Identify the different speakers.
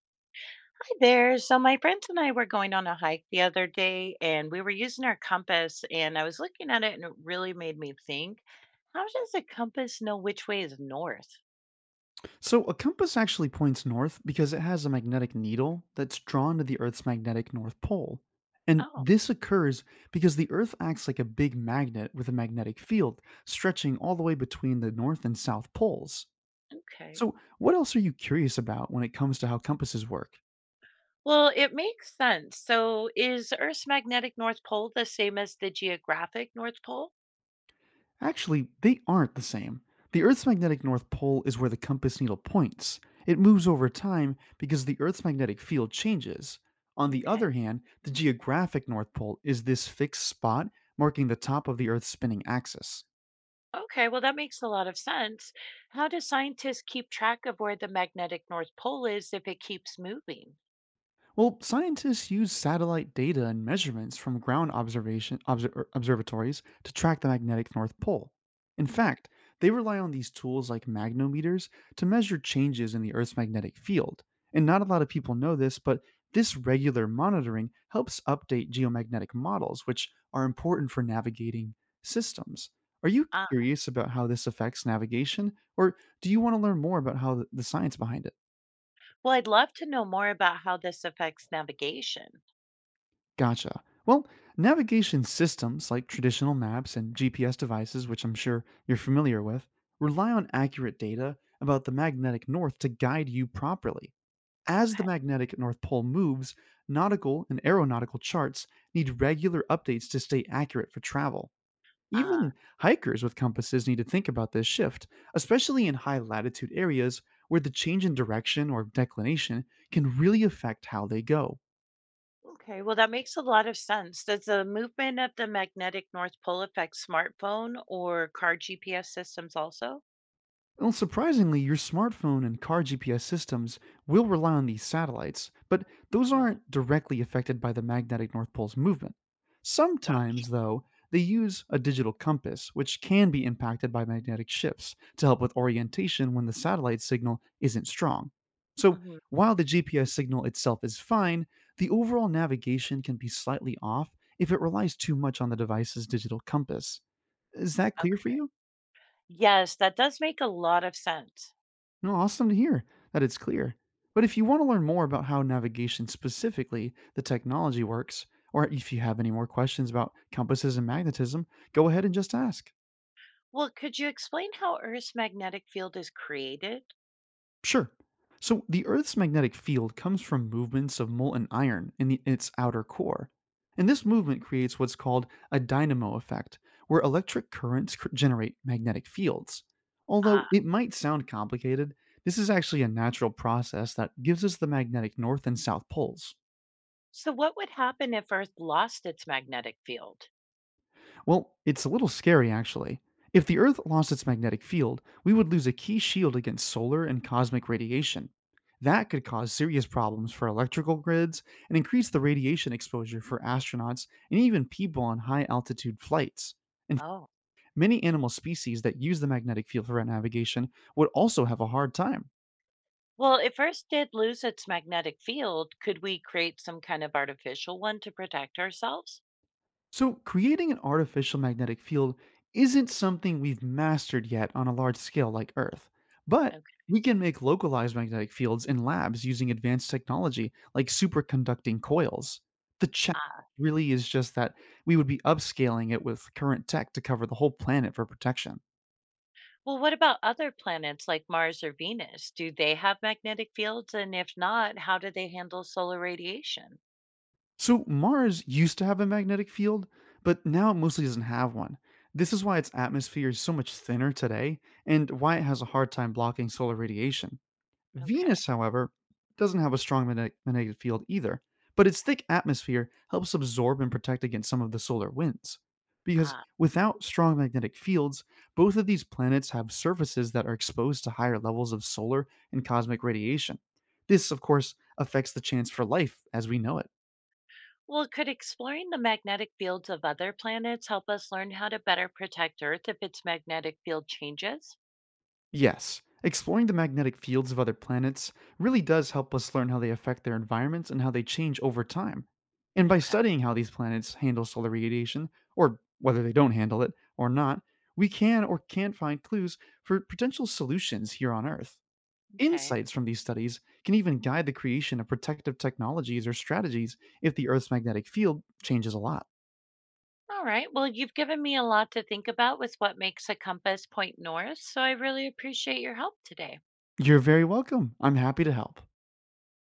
Speaker 1: Hi there. So my friends and I were going on a hike the other day and we were using our compass and I was looking at it and it really made me think, how does a compass know which way is north?
Speaker 2: So a compass actually points north because it has a magnetic needle that's drawn to the Earth's magnetic north pole. And
Speaker 1: Oh,
Speaker 2: this occurs because the Earth acts like a big magnet with a magnetic field stretching all the way between the north and south poles.
Speaker 1: okay.
Speaker 2: So, what else are you curious about when it comes to how compasses work?
Speaker 1: Well, it makes sense. So is Earth's magnetic north pole the same as the geographic north pole?
Speaker 2: Actually, they aren't the same. The Earth's magnetic north pole is where the compass needle points. It moves over time because the Earth's magnetic field changes. On the
Speaker 1: Okay.
Speaker 2: other hand, the geographic north pole is this fixed spot marking the top of the Earth's spinning axis.
Speaker 1: Okay, well that makes a lot of sense. How do scientists keep track of where the magnetic north pole is if it keeps moving?
Speaker 2: Well, scientists use satellite data and measurements from ground observatories to track the magnetic North Pole. In
Speaker 1: Hmm.
Speaker 2: fact, they rely on these tools like magnometers to measure changes in the Earth's magnetic field. And not a lot of people know this, but this regular monitoring helps update geomagnetic models, which are important for navigating systems. Are you
Speaker 1: Ah,
Speaker 2: curious about how this affects navigation, or do you want to learn more about how the science behind it?
Speaker 1: well, I'd love to know more about how this affects navigation.
Speaker 2: Gotcha. Well, navigation systems like traditional maps and GPS devices, which I'm sure you're familiar with, rely on accurate data about the magnetic north to guide you properly. As the
Speaker 1: Okay.
Speaker 2: magnetic North Pole moves, nautical and aeronautical charts need regular updates to stay accurate for travel.
Speaker 1: Ah,
Speaker 2: Even hikers with compasses need to think about this shift, especially in high latitude areas where the change in direction or declination can really affect how they go.
Speaker 1: okay. Well, that makes a lot of sense. Does the movement of the magnetic North Pole affect smartphone or car GPS systems also?
Speaker 2: Well, surprisingly, your smartphone and car GPS systems will rely on these satellites, but those
Speaker 1: Ah,
Speaker 2: aren't directly affected by the magnetic North Pole's movement.
Speaker 1: gotcha.
Speaker 2: Sometimes, though, they use a digital compass, which can be impacted by magnetic shifts to help with orientation when the satellite signal isn't strong. So,
Speaker 1: Hmm.
Speaker 2: while the GPS signal itself is fine, the overall navigation can be slightly off if it relies too much on the device's digital compass. Is that clear for
Speaker 1: Okay.
Speaker 2: you?
Speaker 1: Yes, that does make a lot of sense.
Speaker 2: No, awesome to hear that it's clear. But if you want to learn more about how navigation, specifically the technology, works, or if you have any more questions about compasses and magnetism, go ahead and just ask.
Speaker 1: Well, could you explain how Earth's magnetic field is created?
Speaker 2: Sure. So, the Earth's magnetic field comes from movements of molten iron in, the, its outer core. And this movement creates what's called a dynamo effect, where electric generate magnetic fields. Although
Speaker 1: Ah,
Speaker 2: it might sound complicated, this is actually a natural process that gives us the magnetic north and south poles.
Speaker 1: so what would happen if Earth lost its magnetic field?
Speaker 2: Well, it's a little scary, actually. If the Earth lost its magnetic field, we would lose a key shield against solar and cosmic radiation. That could cause serious problems for electrical grids and increase the radiation exposure for astronauts and even people on high altitude flights. And
Speaker 1: Oh,
Speaker 2: many animal species that use the magnetic field for navigation would also have a hard time.
Speaker 1: well, if Earth did lose its magnetic field, could we create some kind of artificial one to protect ourselves?
Speaker 2: So, creating an artificial magnetic field isn't something we've mastered yet on a large scale like Earth, but
Speaker 1: Okay.
Speaker 2: we can make localized magnetic fields in labs using advanced technology like superconducting coils. The challenge really is just that we would be upscaling it with current tech to cover the whole planet for protection.
Speaker 1: Well, what about other planets like Mars or Venus? Do they have magnetic fields? And if not, how do they handle solar radiation?
Speaker 2: So, Mars used to have a magnetic field, but now it mostly doesn't have one. This is why its atmosphere is so much thinner today and why it has a hard time blocking solar radiation.
Speaker 1: Okay.
Speaker 2: Venus, however, doesn't have a magnetic field either, but its thick atmosphere helps absorb and protect against some of the solar winds. Because
Speaker 1: Ah.
Speaker 2: without strong magnetic fields, both of these planets have surfaces that are exposed to higher levels of solar and cosmic radiation. This, of course, affects the chance for life as we know it.
Speaker 1: Well, could exploring the magnetic fields of other planets help us learn how to better protect Earth if its magnetic field changes?
Speaker 2: Yes, exploring the magnetic fields of other planets really does help us learn how they affect their environments and how they change over time. And by
Speaker 1: Okay.
Speaker 2: studying how these planets handle solar radiation, or whether they don't handle it or not, we can or can't find clues for potential solutions here on Earth.
Speaker 1: Okay.
Speaker 2: Insights from these studies can even guide the creation of protective technologies or strategies if the Earth's magnetic field changes a lot.
Speaker 1: All right. Well, you've given me a lot to think about with what makes a compass point north. So I really appreciate your help today.
Speaker 2: You're very welcome. I'm happy to help.